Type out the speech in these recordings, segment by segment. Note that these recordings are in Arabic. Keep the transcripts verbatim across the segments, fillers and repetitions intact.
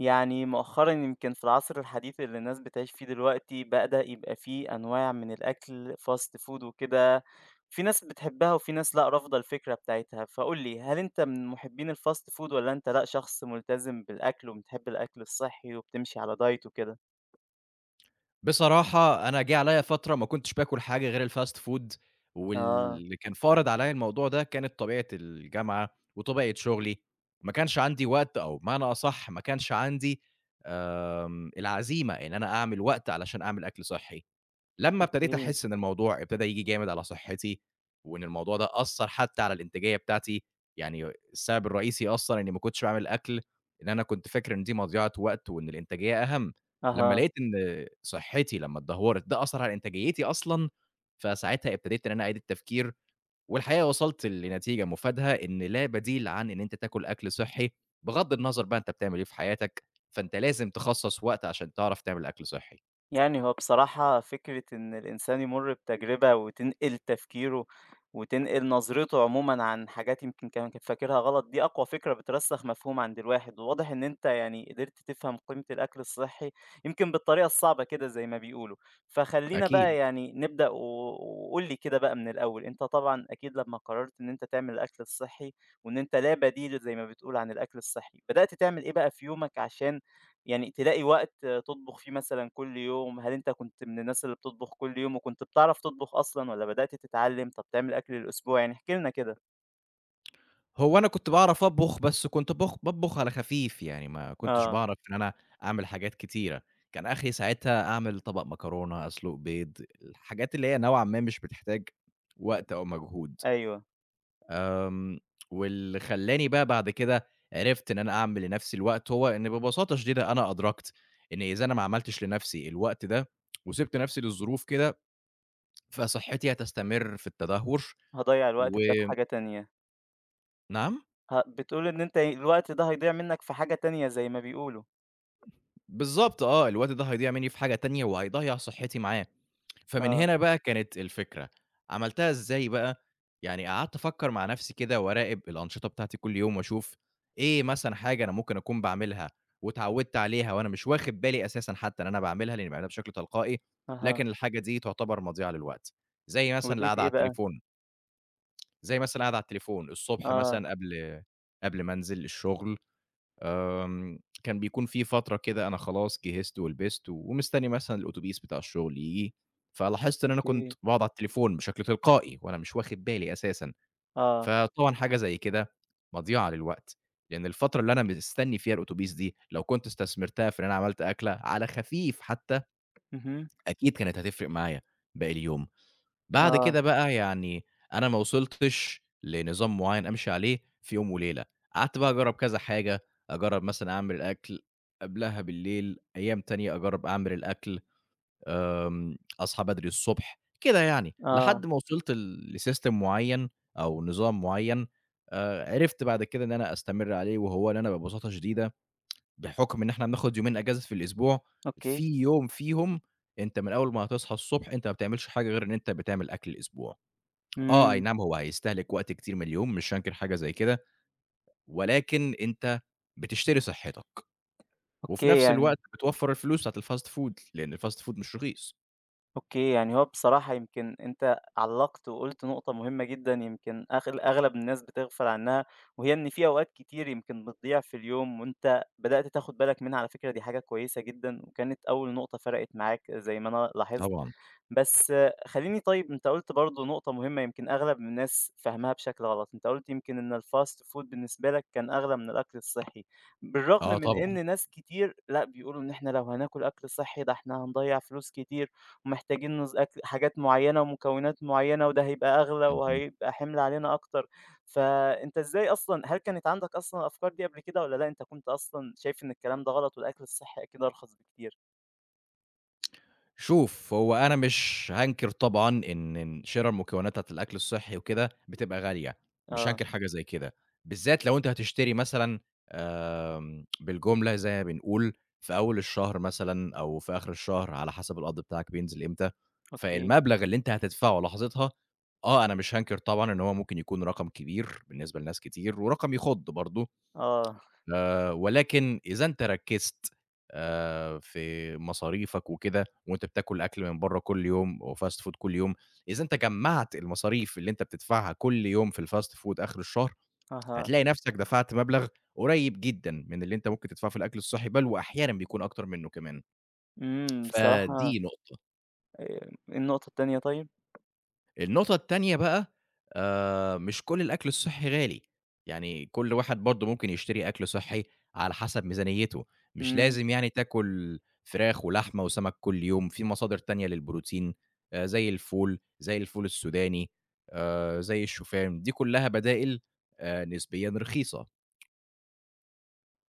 يعني مؤخرًا يمكن في العصر الحديث اللي الناس بتعيش فيه دلوقتي، بدأ يبقى في أنواع من الأكل fast food وكده، في ناس بتحبها وفي ناس لأ، رافضة الفكرة بتاعتها، فقُل لي هل أنت من محبين الfast food والّا أنت لأ، شخص ملتزم بالأكل وبتحب الأكل الصحّي وبتمشي على diet وكده؟ بصراحة أنا جه عليّا فترة ما كنتش باكل حاجة غير الfast food آه، واللي كان فارض عليّا الموضوع ده كانت طبيعة الجامعة وطبيعة شغلي، ما كانش عندي وقت أو بمعنى أصح ما كانش عندي آمم، العزيمة إن أنا أعمل وقت علشان أعمل أكل صحّي. لمّا ابتديت أوكي، أحس إن الموضوع ابتدى ييجي جامد على صحّتي، وإن الموضوع ده أثّر حتى على الإنتاجية بتاعتي، يعني السبب الرئيسي أصلًا إني ما كنتش باعمل أكل، إن أنا كنت فاكر إن دي مضيعة وقت وإن الإنتاجية أهَم، لمّا أها. لقيت إن صحّتي لمّا اتدهورت ده أثّر على إنتاجيتي أصلًا، فساعتها ابتديت إن أنا أعيد التفكير، والحقيقة وصلت لنتيجة مفادها إن لا بديل عن إن أنت تاكل أكل صحّي، بغض النظر بقى أنت بتعمل إيه في حياتك، فأنت لازم تخصّص وقت عشان تعرف تعمل أكل صحّي، يعني هو بصراحة فكرة إن الإنسان يمُر بتجربة وتنقل تفكيره، وتنقل نظرته عمومًا عن حاجات يمكن كان كان فاكرها غلط، دي أقوى فكرة بترسّخ مفهوم عند الواحد، وواضح إن أنت يعني قدرت تفهم قيمة الأكل الصحّي، يمكن بالطريقة الصعبة كده زي ما بيقولوا. فخلّينا أكيد. بقى يعني نبدأ و وقُل لي كده بقى من الأول، أنت طبعًا أكيد لمّا قررت إن أنت تعمل الأكل الصحّي، وإن أنت لا بديل زي ما بتقول عن الأكل الصحّي، بدأت تعمل إيه بقى في يومك عشان يعني تلاقي وقت تطبخ فيه مثلًا كل يوم، هل أنت كنت من الناس اللي بتطبخ كل يوم وكنت بتعرف تطبخ أصلًا والّا بدأت تتعلم؟ طب تعمل أكل الأسبوع، يعني احكِ لنا كده. هو أنا كنت باعرف أطبخ، بس كنت باخ باطبخ على خفيف، يعني ما كنتش آه، باعرف إن أنا أعمل حاجات كتيرة، كان آخري ساعتها أعمل طبق مكرونة، أسلُق بيض، الحاجات اللي هي نوعًا ما مش بتحتاج وقت أو مجهود، أيوه، آمم، واللي خلّاني بقى بعد كده عرفت إن أنا أعمل لنَفْسي الوقت، هو إن ببساطة شديدة أنا أدركت إن إذا أنا ما عملتش لنَفْسي الوقت ده، وسِبت نَفْسي للظروف كده، فصحتي هتستمر في التدهور هاضيّع الوقت و في ده في حاجة تانية. نعم؟ ه بتقول إن أنت الوقت ده هيضيع منك في حاجة تانية زي ما بيقولوا. بالضبط آه، الوقت ده هيضيع منّي في حاجة تانية وهيضيّع صحّتي معاه، فمن آه، هنا بقى كانت الفكرة، عملتها إزاي بقى، يعني قعدت أفكّر مع نَفْسي كده وأراقب الأنشطة بتاعتي كل يوم وأشوف إيه مثلًا حاجة أنا ممكن أكون باعملها واتعوّدت عليها وأنا مش واخد بالي أساسًا حتّى إن أنا باعملها، لإنّي باعملها بشكل تلقائي، أها، لكن الحاجة دي تعتبر مضيعة للوقت، زي مثلًا ولقيت القعدة على إيه بقى؟ التليفون، زي مثلًا القعدة على التليفون الصبح آه، مثلًا قبل قبل ما أنزل الشغل آمم، كان بيكون في فترة كده أنا خلاص جهزت ولبست و- ومستني مثلًا الأوتوبيس بتاع الشغل ييجي، فلاحظت إن أنا كنت أوكي، باقعد على التليفون بشكل تلقائي وأنا مش واخد بالي أساسًا، آه، فطبعًا حاجة زي كده مضيعة للوقت، لإن الفترة اللي أنا مستني فيها الأوتوبيس دي لو كنت استثمرتها في إن أنا عملت أكلة على خفيف حتى، اهم، أكيد كانت هتفرق معايا باقي اليوم. بعد آه، كده بقى يعني أنا ما وصلتش لنظام معيّن أمشي عليه في يوم وليلة، قعدت بقى أجرّب كذا حاجة، أجرّب مثلًا أعمل الأكل قبلها بالليل، أيام تانية أجرّب أعمل الأكل، آمم، أصحى بدري الصبح، كده يعني، آه، لحد ما وصلت ل لsystem معيّن أو نظام معيّن، آآ، عرفت بعد كده إن أنا أستمر عليه وهو إن أنا ببساطة شديدة بحُكم إن إحنا بناخد يومين إجازة في الأسبوع، أوكي، في يوم فيهم أنت من أول ما هتصحى الصبح أنت ما بتعملش حاجة غير إن أنت بتعمل أكل الأسبوع. آه، أي إمم، نعم هو هيستهلك وقت كتير من اليوم، مش هانكر حاجة زي كده، ولكن أنت بتشتري صحّتك، وفي أوكي نفس يعني الوقت بتوفّر الفلوس بتاعة الfast food لأن الfast food مش رخيص. أوكي، يعني هو بصراحة يمكن أنت علّقت وقُلت نقطة مهمة جدًا يمكن أغل أغلب الناس بتغفل عنها، وهي إن في أوقات كتير يمكن بتضيع في اليوم وأنت بدأت تاخد بالك منها، على فكرة دي حاجة كويسة جدًا، وكانت أول نقطة فرقت معاك زي ما أنا لاحظت. طبعًا، بس آه، خلّيني طيب أنت قُلت برضه نقطة مهمة يمكن أغلب الناس فاهماها بشكل غلط، أنت قُلت يمكن إن الfast food بالنسبة لك كان أغلى من الأكل الصحّي، بالرغم آه من طبعًا. إن ناس كتير لأ، بيقولوا إن إحنا لو هناكل أكل صحّي ده إحنا هنضيّع فلوس كتير ومحتاجين نز أكل حاجات معيّنة ومكونات معيّنة وده هيبقى أغلى اهم. وهيبقى حِمل علينا أكتر، فأنت إزاي أصلًا هل كانت عندك أصلًا الأفكار دي قبل كده والّا لأ، أنت كنت أصلًا شايف إن الكلام ده غلط والأكل الصحّي أكيد أرخص بكتير؟ شوف، هو أنا مش هانكر طبعًا إن إن شِرَى المكونات بتاعة الأكل الصحّي وكده بتبقى غالية، مش آه، هانكر حاجة زي كده، بالذات لو أنت هتشتري مثلًا آمم، بالجملة زي ما بنقول في أول الشهر مثلًا أو في آخر الشهر على حسب القبض بتاعك بينزل إمتى، أوكي، فالمبلغ اللي أنت هتدفعه لحظتها، آه، أنا مش هانكر طبعًا إن هو ممكن يكون رقم كبير بالنسبة لناس كتير ورقم يخُض برضه، آه، آآ ولكن إذا أنت ركّزت آآ في مصاريفك وكده، وأنت بتاكل أكل من برّه كل يوم وfast food كل يوم، إذا أنت جمّعت المصاريف اللي أنت بتدفعها كل يوم في الfast food آخر الشهر، أها. هتلاقي نَفْسك دفعت مبلغ قريّب جدًا من اللي أنت ممكن تدفعه في الأكل الصحّي، بل وأحيانًا بيكون أكتر منّه كمان. إمم، بصراحة آآ، فدي نقطة. إيه النقطة التانية طيب؟ النقطة التانية بقى آآ، مش كل الأكل الصحّي غالي، يعني كل واحد برضه ممكن يشتري أكل صحّي على حسب ميزانيته، مش إمم، لازم يعني تاكل فراخ ولحمة وسمك كل يوم، في مصادر تانية للبروتين آآ، زي الفول، زي الفول السوداني آآ، زي الشوفان، دي كلّها بدائل آآ، نسبيًا رخيصة.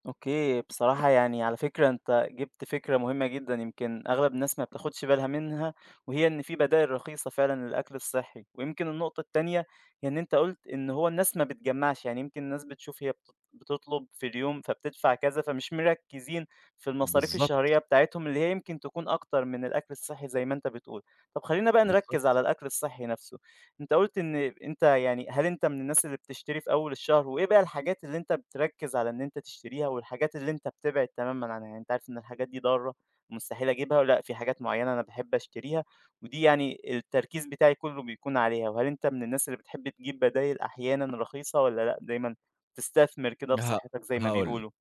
أوكي، بصراحة يعني على فكرة أنت جِبت فكرة مهمة جدًا يمكن أغلب الناس ما بتاخدش بالها منها، وهي إن في بدائل رخيصة فعلًا للأكل الصحي، ويمكن النقطة التانية هي إن أنت قُلت إن هو الناس ما بتجمّعش، يعني يمكن الناس بتشوف هي بت بتطلب في اليوم فبتدفع كذا، فمش مركّزين في المصاريف الشهرية بالضبط، بتاعتهم اللي هي يمكن تكون أكتر من الأكل الصحي زي ما أنت بتقول. طب خلّينا بقى نركّز على بالضبط. الأكل الصحي نَفْسه. أنت قُلت إن أنت يعني هل أنت من الناس اللي بتشتري في أول الشهر، وإيه بقى الحاجات اللي أنت بتركّز على إن أنت تشتريها، والحاجات اللي أنت بتبعد تمامًا عنها؟ يعني أنت عارف إن الحاجات دي ضارة مستحيل أجيبها، لأ في حاجات معيّنة أنا باحب أشتريها، ودي يعني التركيز بتاعي كلّه بيكون عليها، وهل أنت من الناس اللي بتحب تجيب بدايل أحيانًا رخيصة والّا لأ دايمًا تستثمر كده في ه صحتك زي ما هاقول لك. بيقولوا؟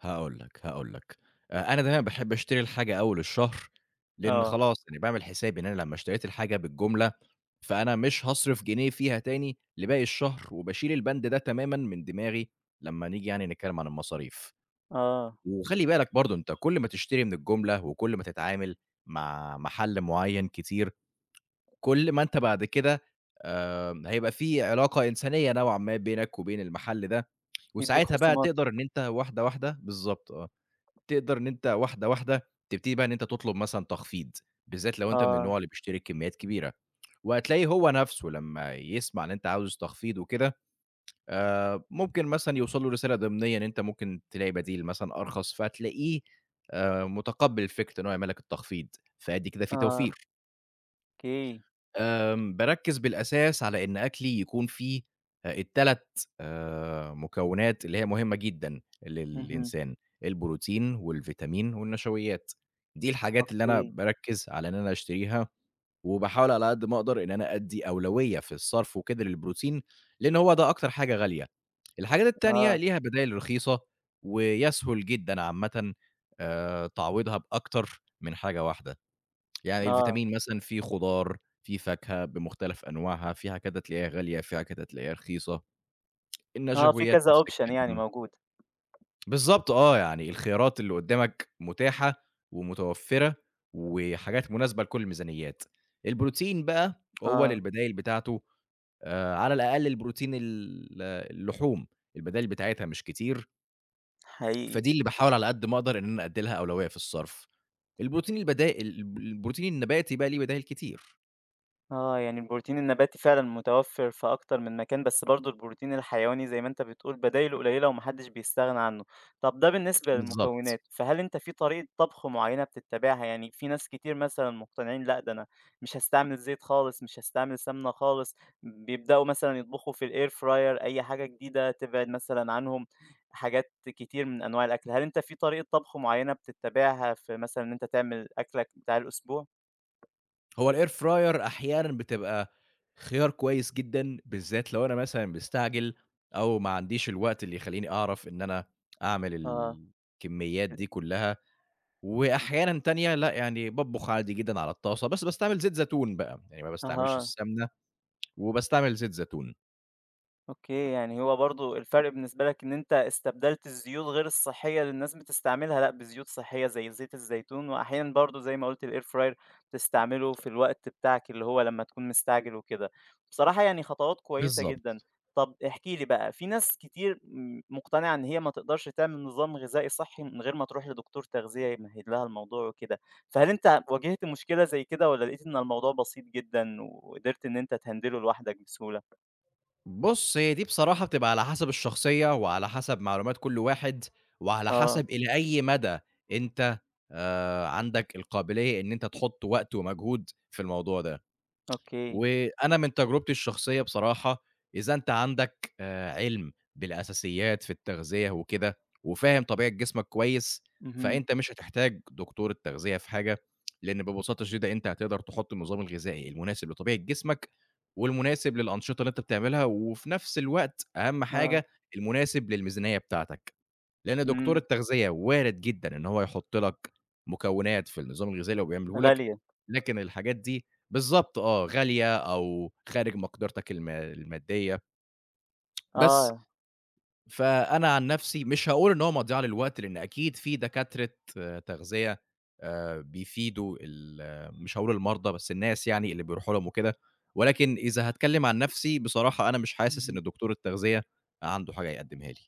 هاقول لك، هاقول لك. آآ أنا دايمًا باحب أشتري الحاجة أول الشهر، لإن آه، خلاص أنا باعمل حسابي إن أنا لمّا اشتريت الحاجة بالجملة، فأنا مش هاصرف جنيه فيها تاني لباقي الشهر، وباشيل البند ده تمامًا من دماغي لمّا نيجي يعني نتكلم عن المصاريف. آه، وخلّي بالك برضه أنت كل ما تشتري من الجملة، وكل ما تتعامل مع محل معيّن كتير، كل ما أنت بعد كده آمم هيبقى في علاقة إنسانية نوعًا ما بينك وبين المحل ده، يدّيك وساعتها بقى خصومات، تقدر إن أنت واحدة، واحدة بالضبط آه. تقدر إن أنت واحدة، واحدة تبتدي بقى إن أنت تطلب مثلًا تخفيض، بالذات لو أنت من النوع آه، اللي بيشتري كميات كبيرة، وهتلاقيه هو نفسه لمّا يسمع إن أنت عاوز تخفيض وكده آآ، ممكن مثلًا يوصل له رسالة ضمنية إن أنت ممكن تلاقي بديل مثلًا أرخص، فتلاقيه آآ، متقبل فكرة إن هو يعمل لك التخفيض، فأدي كده في آه، توفير. أوكي، آمم، باركّز بالأساس على إن أكلي يكون فيه آآ ال3 آآ مكونات اللي هي مهمة جدًا اهم، للإنسان، البروتين والفيتامين والنشويات. دي الحاجات اللي أنا أوكي، باركّز على إن أنا أشتريها، وباحاول على قد ما أقدر إن أنا أدّي أولوية في الصرف وكده للبروتين، لإن هو ده أكتر حاجة غالية. الحاجات التانية آه، ليها بدايل رخيصة، ويسهل جدًا عامةً آآ تعويضها بأكتر من حاجة واحدة. يعني آه، الفيتامين مثلًا في خضار، في فاكهة بمختلف أنواعها، فيها كده تلاقيها غالية، فيها كده تلاقيها رخيصة، آه، في النشويات كذا نفس option يعني الكلام. موجود. بالضبط آه، يعني الخيارات اللي قدّامك متاحة ومتوفّرة وحاجات مناسبة لكل الميزانيّات. البروتين بقى هو آه، للبدايل بتاعته آآ على الأقل البروتين ال اللحوم، البدايل بتاعتها مش كتير، حقيقي. فدي اللي باحاول على قد ما أقدر إن أنا أدّي لها أولوية في الصرف. البروتين البدا الب البروتين النباتي بقى ليه بدايل كتير. آه، يعني البروتين النباتي فعلًا متوفر في أكتر من مكان، بس برضه البروتين الحيواني زي ما أنت بتقول بدايله قليلة وما حدش بيستغنى عنه. طب ده بالنسبة للمكونات، بالضبط. فهل أنت في طريقة طبخ معينة بتتبعها؟ يعني في ناس كتير مثلًا مقتنعين لأ، ده أنا مش هاستعمل زيت خالص، مش هاستعمل سمنة خالص، بيبدأوا مثلًا يطبخوا في الair fryer أي حاجة جديدة تبعد مثلًا عنهم حاجات كتير من أنواع الأكل. هل أنت في طريقة طبخ معينة بتتبعها في مثلًا إن أنت تعمل أكلك بتاع الأسبوع؟ هو الair fryer أحيانًا بتبقى خيار كويس جدًا، بالذات لو أنا مثلًا مستعجل أو ما عنديش الوقت اللي يخلّيني أعرف إن أنا أعمل آه. الكميات دي كلّها، وأحيانًا تانية لأ، يعني باطبخ عادي جدًا على الطاسة، بس باستعمل زيت زيتون بقى، يعني ما باستعملش أها، السمنة وباستعمل زيت زيتون. أوكي، يعني هو برضه الفرق بالنسبة لك إن أنت استبدلت الزيوت غير الصحية اللي الناس بتستعملها، لأ، بزيوت صحية زي زيت الزيتون، وأحيانًا برضه زي ما قُلت الair fryer بتستعمله في الوقت بتاعك اللي هو لمّا تكون مستعجل وكده. بصراحة يعني خطوات كويسة بالضبط. جدًا. طَب احكِ لي بقى، في ناس كتير م مقتنعة إن هي ما تقدرش تعمل نظام غذائي صحي من غير ما تروح لدكتور تغذية يمهد لها الموضوع وكده، فهل أنت واجهت مشكلة زي كده والّا لقيت إن الموضوع بسيط جدًا وقدرت إن أنت تهندله لوحدك بسهولة؟ بُص، هي دي بصراحة بتبقى على حسب الشخصية، وعلى حسب معلومات كل واحد، وعلى آه. حسب إلى أي مدى أنت آآ، عندك القابلية إن أنت تحُط وقت ومجهود في الموضوع ده. أوكي، وأنا من تجربتي الشخصية بصراحة، إذا أنت عندك آآ علم بالأساسيات في التغذية وكده، وفاهم طبيعة جسمك كويس، اهم، فأنت مش هتحتاج دكتور التغذية في حاجة، لإن ببساطة شديدة أنت هتقدر تحط النظام الغذائي المناسب لطبيعة جسمك، والمناسب للأنشطة اللي أنت بتعملها، وفي نفس الوقت أهم آه، حاجة المناسب للميزانية بتاعتك. لأن دكتور إمم، التغذية وارد جدًا إن هو يحُط لك مكونات في النظام الغذائي اللي هو بيعمله لك، غالية، لكن الحاجات دي بالضبط آه، غالية أو خارج مقدرتك الم المادية، بس آه، فأنا عن نفسي مش هاقول إن هو مضيعة للوقت، لأن أكيد في دكاترة آه، تغذية آآ بيفيدوا ال آه، مش هاقول المرضى، بس الناس يعني اللي بيروحوا لهم وكده، ولكن إذا هاتكلم عن نفسي بصراحة أنا مش حاسس اهم، إن دكتور التغذية عنده حاجة يقدّمها لي.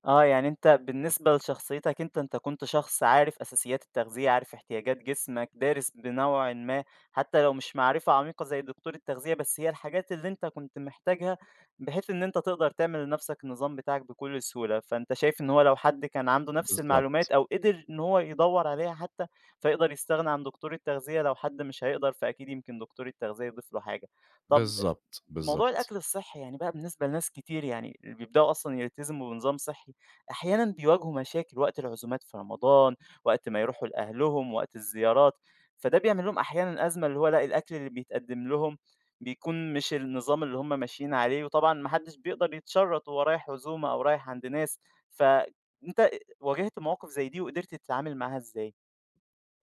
آه، يعني أنت بالنسبة لشخصيتك أنت، أنت كنت شخص عارف أساسيات التغذية، عارف احتياجات جسمك، دارس بنوعٍ ما، حتى لو مش معرفة عميقة زي دكتور التغذية، بس هي الحاجات اللي أنت كنت محتاجها، بحيث إن أنت تقدر تعمل لنفسك النظام بتاعك بكل سهولة، فأنت شايف إن هو لو حد كان عنده نفس المعلومات بالضبط، أو قدر إن هو يدوّر عليها حتى، فيقدر يستغنى عن دكتور التغذية، لو حد مش هيقدر فأكيد يمكن دكتور التغذية يضيف له حاجة. طب بالضبط، موضوع بالضبط. الأكل الصحي يعني بقى بالنسبة لناس كتير يعني اللي بيبدأوا أصلًا يلتزموا بنظام صحي، أحيانًا بيواجهوا مشاكل وقت العزومات في رمضان، وقت ما يروحوا لأهلهم، وقت الزيارات، فده بيعمل لهم أحيانًا أزمة اللي هو لأ الأكل اللي بيتقدم لهم بيكون مش النظام اللي هم ماشيين عليه، وطبعًا ما حدش بيقدر يتشرط وهو رايح عزومة أو رايح عند ناس، فأنت أ واجهت مواقف زي دي وقدرت تتعامل معاها إزاي؟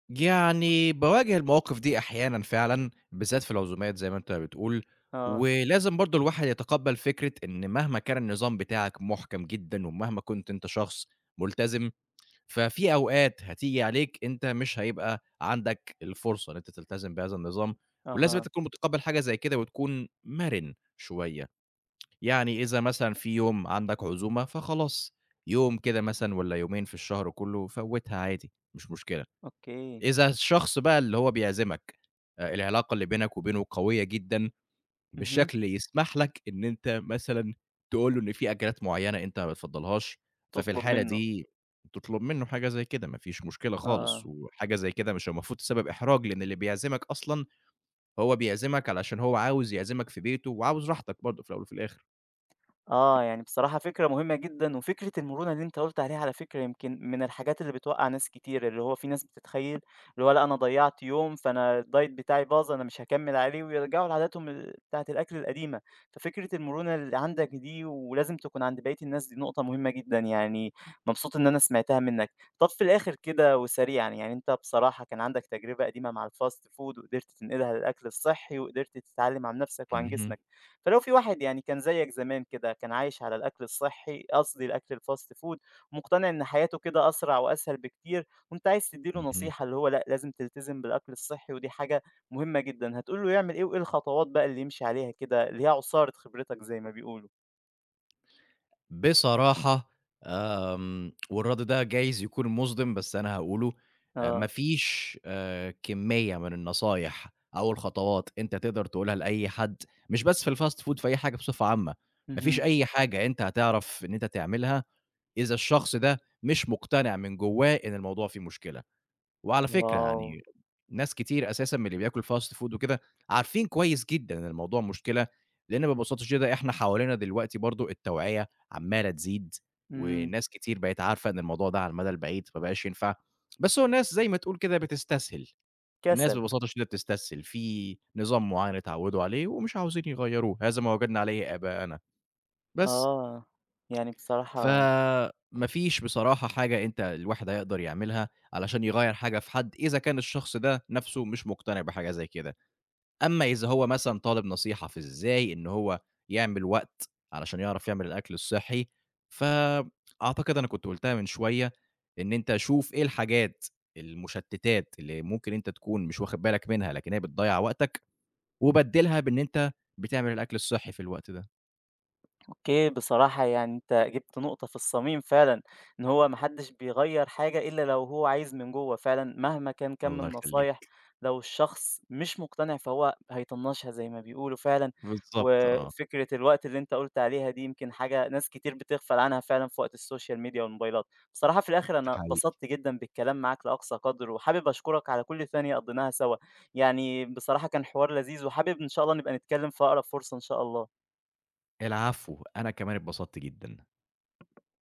يعني باواجه المواقف دي أحيانًا فعلًا، بالذات في العزومات زي ما أنت بتقول، آه، ولازم برضه الواحد يتقبّل فكرة إن مهما كان النظام بتاعك محكم جدًا، ومهما كنت أنت شخص ملتزم، ففي أوقات هتيجي عليك أنت مش هيبقى عندك الفرصة إن أنت تلتزم بهذا النظام، ولازم أها، أنت تكون متقبّل حاجة زي كده وتكون مرن شوية، يعني إذا مثلًا في يوم عندك عزومة فخلاص، يوم كده مثلًا والّا يومين في الشهر كلّه فوّتها عادي، مش مشكلة. أوكي، إذا الشخص بقى اللي هو بيعزمك آآ، العلاقة اللي بينك وبينه قوية جدًا اهم، بالشكل اللي يسمح لك إن أنت مثلًا تقول له إن في أكلات معينة أنت ما بتفضّلهاش، ففي تطلب الحالة منه، دي تطلب منه حاجة زي كده، ما فيش مشكلة خالص، آه. وحاجة زي كده مش المفروض تسبب إحراج، لإن اللي بيعزمك أصلًا هو بيعزمك علشان هو عاوز يعزمك في بيته وعاوز راحتك برضه في الأول وفي الآخر. آه، يعني بصراحة فكرة مهمة جدًا، وفكرة المرونة اللي أنت قُلت عليها على فكرة يمكن من الحاجات اللي بتوقّع ناس كتير، اللي هو في ناس بتتخيّل اللي هو لأ أنا ضيّعت يوم، فأنا الdiet بتاعي باظ، أنا مش هاكمّل عليه، ويرجعوا لعاداتهم ال بتاعة الأكل القديمة. ففكرة المرونة اللي عندك دي ولازم تكون عند بقية الناس، دي نقطة مهمة جدًا، يعني مبسوط إن أنا سمعتها منّك. طَب في الآخر كده وسريعًا، يعني أنت بصراحة كان عندك تجربة قديمة مع الfast food وقدرت تنقلها للأكل الصحّي، وقدرت تتعلّم عن نَفْسك وعن اهم، جسمك. فلو في واحد يعني كان زيك زمان كده كان عايش على الأكل الصحي قصدي الأكل الفاست فود ومقتنع إن حياته كده أسرع وأسهل بكتير وأنت عايز تديله اهم. نصيحة اللي هو لأ لازم تلتزم بالأكل الصحي ودي حاجة مهمة جدا هتقول له يعمل إيه وإيه الخطوات بقى اللي يمشي عليها كده اللي هي عصارة خبرتك زي ما بيقولوا؟ بصراحة آمم، والرد ده جايز يكون مُصدِم بس أنا هاقوله، آآ آه. ما فيش آآ كمية من النصايح أو الخطوات أنت تقدر تقولها لأي حد، مش بس في الfast food في أي حاجة بصفة عامة، ما فيش اهم. أي حاجة أنت هتعرف إن أنت تعملها إذا الشخص ده مش مقتنع من جوّاه إن الموضوع فيه مشكلة. وعلى فكرة واو! يعني ناس كتير أساسًا من اللي بياكل fast food وكده عارفين كويس جدًا إن الموضوع مشكلة، لإن ببساطة شديدة إحنا حوالينا دلوقتي برضه التوعية عمّالة تزيد، إمم. وناس كتير بقت عارفة إن الموضوع ده على المدى البعيد ما بقاش ينفع، بس هو الناس زي ما تقول كده بتستسهل، الناس كسل. ببساطة شديدة بتستسهل، في نظام معيّن اتعودوا عليه ومش عاوزين يغيّروه، هذا ما وجدنا عليه آباءنا، بس. آه. يعني بصراحة فما فيش بصراحة حاجة أنت الواحد هيقدر يعملها علشان يغيّر حاجة في حد، إذا كان الشخص ده نَفْسه مش مقتنع بحاجة زي كده. أمّا إذا هو مثلًا طالب نصيحة في إزاي إن هو يعمل وقت علشان يعرف يعمل الأكل الصحّي، فأعتقد أنا كنت قُلتها من شوية، إن أنت شوف إيه الحاجات المشتتات اللي ممكن أنت تكون مش واخد بالك منها، لكن هي بتضيّع وقتك، وبدّلها بإن أنت بتعمل الأكل الصحّي في الوقت ده. أوكي، بصراحة يعني أنت جِبت نقطة في الصميم فعلًا، إن هو ما حدش بيغيّر حاجة إلا لو هو عايز من جوّه فعلًا، مهما كان كَم الله النصايح يخلّيك. لو الشخص مش مقتنع فهو هيطنّشها زي ما بيقولوا فعلًا، بالضبط آه، وفكرة الوقت اللي أنت قُلت عليها دي يمكن حاجة ناس كتير بتغفل عنها فعلًا في وقت السوشيال ميديا والموبايلات. بصراحة في الآخر ده أنا حقيقي. اتبسطت جدًا بالكلام معاك لأقصى قدر، وحابب أشكرك على كل ثانية قضيناها سوا، يعني بصراحة كان حوار لذيذ، وحابب إن شاء الله نبقى نتكلم في أقرب فرصة إن شاء الله. العفو، أنا كمان اتبسطت جدًا.